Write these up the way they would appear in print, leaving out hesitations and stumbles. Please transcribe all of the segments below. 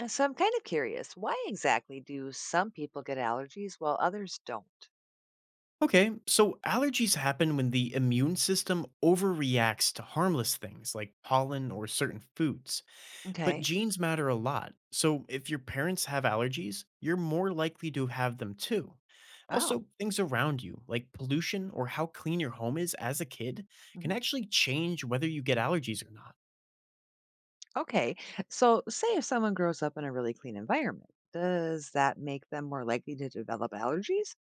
And so I'm kind of curious, why exactly do some people get allergies while others don't? Okay, so allergies happen when the immune system overreacts to harmless things like pollen or certain foods. But Okay. genes matter a lot, so if your parents have allergies, you're more likely to have them too. Oh. Also, things around you, like pollution or how clean your home is as a kid, Mhm. can actually change whether you get allergies or not. Okay, so say if someone grows up in a really clean environment, does that make them more likely to develop allergies?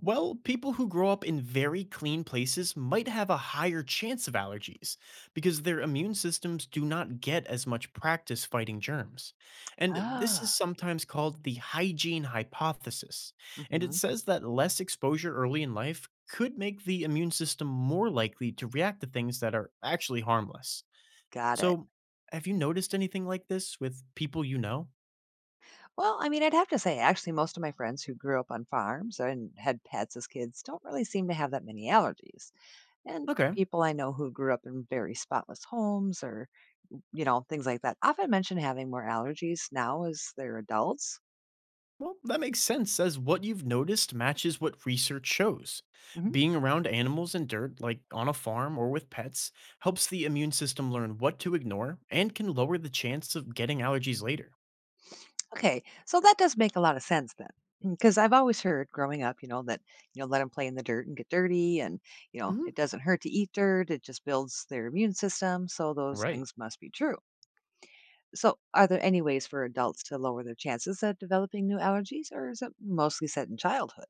Well, people who grow up in very clean places might have a higher chance of allergies because their immune systems do not get as much practice fighting germs. And this is ah, sometimes called the hygiene hypothesis. And it hmm. says that less exposure early in life could make the immune system more likely to react to things that are actually harmless. Got it. So, have you noticed anything like this with people you know? Well, I'd have to say, actually, most of my friends who grew up on farms and had pets as kids don't really seem to have that many allergies. And Okay. people I know who grew up in very spotless homes or things like that often mention having more allergies now as they're adults. Well, that makes sense, as what you've noticed matches what research shows. Hmm. Being around animals and dirt, like on a farm or with pets, helps the immune system learn what to ignore and can lower the chance of getting allergies later. Okay, so that does make a lot of sense then. Because I've always heard growing up, let them play in the dirt and get dirty. And, Hmm. it doesn't hurt to eat dirt. It just builds their immune system. So those Right. things must be true. So are there any ways for adults to lower their chances of developing new allergies, or is it mostly set in childhood?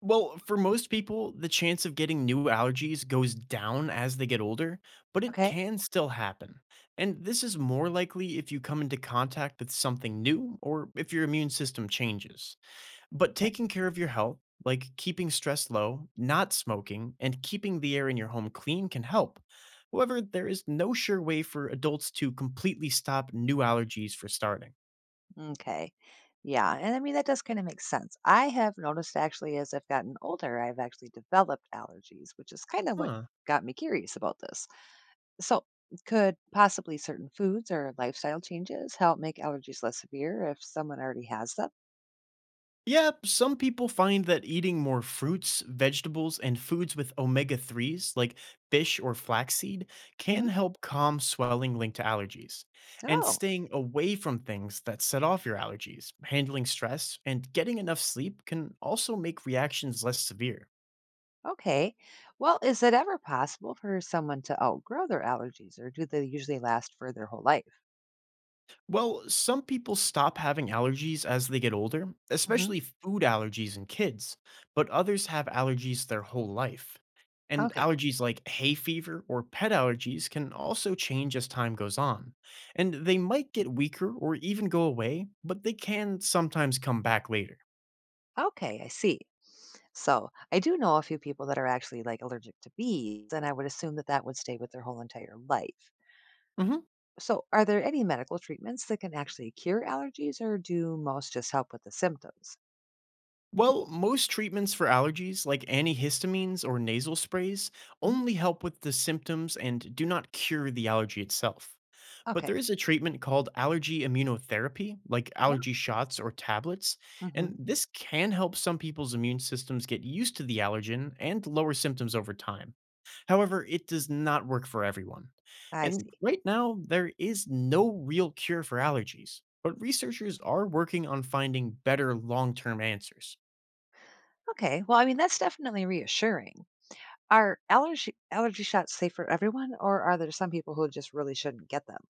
Well, for most people, the chance of getting new allergies goes down as they get older, but it Okay. can still happen. And this is more likely if you come into contact with something new or if your immune system changes. But taking care of your health, like keeping stress low, not smoking, and keeping the air in your home clean can help. However, there is no sure way for adults to completely stop new allergies for starting. Okay, yeah. And that does kind of make sense. I have noticed, actually, as I've gotten older, I've actually developed allergies, which is kind of what Huh. got me curious about this. So, could possibly certain foods or lifestyle changes help make allergies less severe if someone already has them? Yeah, some people find that eating more fruits, vegetables, and foods with omega 3s, like fish or flaxseed, Hmm. can help calm swelling linked to allergies. And Oh, staying away from things that set off your allergies, handling stress, and getting enough sleep can also make reactions less severe. okay. Well, is it ever possible for someone to outgrow their allergies, or do they usually last for their whole life? Well, some people stop having allergies as they get older, Hmm. especially food allergies in kids, but others have allergies their whole life. And Okay. allergies like hay fever or pet allergies can also change as time goes on. And they might get weaker or even go away, but they can sometimes come back later. Okay, I see. So I do know a few people that are actually like allergic to bees, and I would assume that that would stay with their whole entire life. Mhm. So, are there any medical treatments that can actually cure allergies, or do most just help with the symptoms? Well, most treatments for allergies, like antihistamines or nasal sprays, Mhm. only help with the symptoms and do not cure the allergy itself. But Okay. there is a treatment called allergy immunotherapy, like Well. allergy shots or tablets, Hmm. and this can help some people's immune systems get used to the allergen and lower symptoms over time. However, it does not work for everyone. I And see. right now, there is no real cure for allergies, but researchers are working on finding better long term answers. Okay. Well, that's definitely reassuring. Are allergy shots safe for everyone, or are there some people who just really shouldn't get them?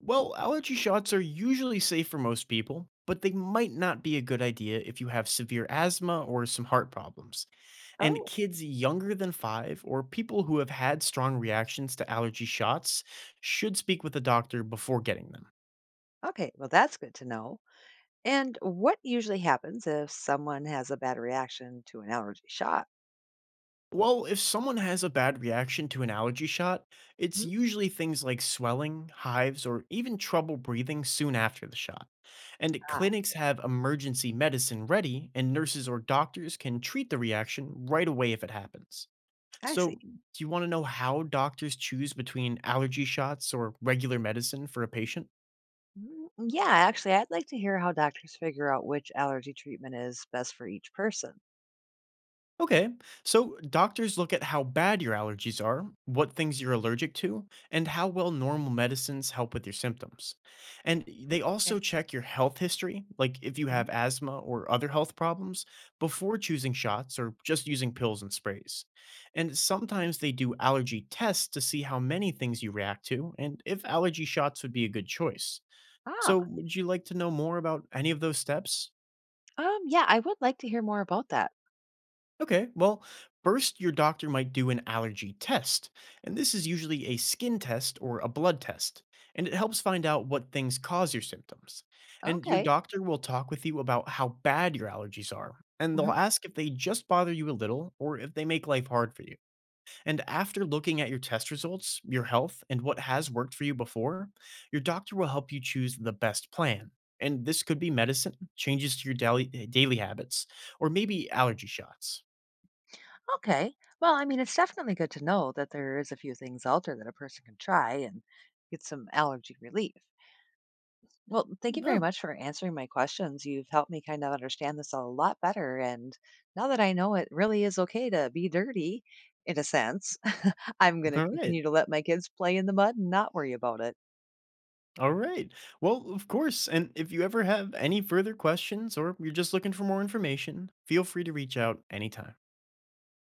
Well, allergy shots are usually safe for most people, but they might not be a good idea if you have severe asthma or some heart problems. And Oh, kids younger than five or people who have had strong reactions to allergy shots should speak with a doctor before getting them. okay. Well, that's good to know. And what usually happens if someone has a bad reaction to an allergy shot? Well, if someone has a bad reaction to an allergy shot, it's Mm. usually things like swelling, hives, or even trouble breathing soon after the shot. And Ah, clinics have emergency medicine ready, and nurses or doctors can treat the reaction right away if it happens. I see. So, do you want to know how doctors choose between allergy shots or regular medicine for a patient? Mm. Yeah, actually, I'd like to hear how doctors figure out which allergy treatment is best for each person. Okay, so doctors look at how bad your allergies are, what things you're allergic to, and how well normal medicines help with your symptoms. And they also Okay. check your health history, like if you Mhm. have asthma or other health problems, before choosing shots or just using pills and sprays. And sometimes they do allergy tests to see how many things you react to and if allergy shots would be a good choice. So, Ah. would you like to know more about any of those steps? Yeah, I would like to hear more about that. Okay, well, first, your doctor might do an allergy test, and this is usually a skin test or a blood test, and it helps find out what things cause your symptoms. And your Okay. doctor will talk with you about how bad your allergies are, and they'll Hmm. ask if they just bother you a little or if they make life hard for you. And after looking at your test results, your health, and what has worked for you before, your doctor will help you choose the best plan. And this could be medicine, changes to your daily habits, or maybe allergy shots. Okay. Well, it's definitely good to know that there is a few things out there that a person can try and get some allergy relief. Well, thank you very Oh, much for answering my questions. You've helped me kind of understand this a lot better. And now that I know it really is okay to be dirty, in a sense, I'm going to all right. continue to let my kids play in the mud and not worry about it. All right. Well, of course. And if you ever have any further questions or you're just looking for more information, feel free to reach out anytime.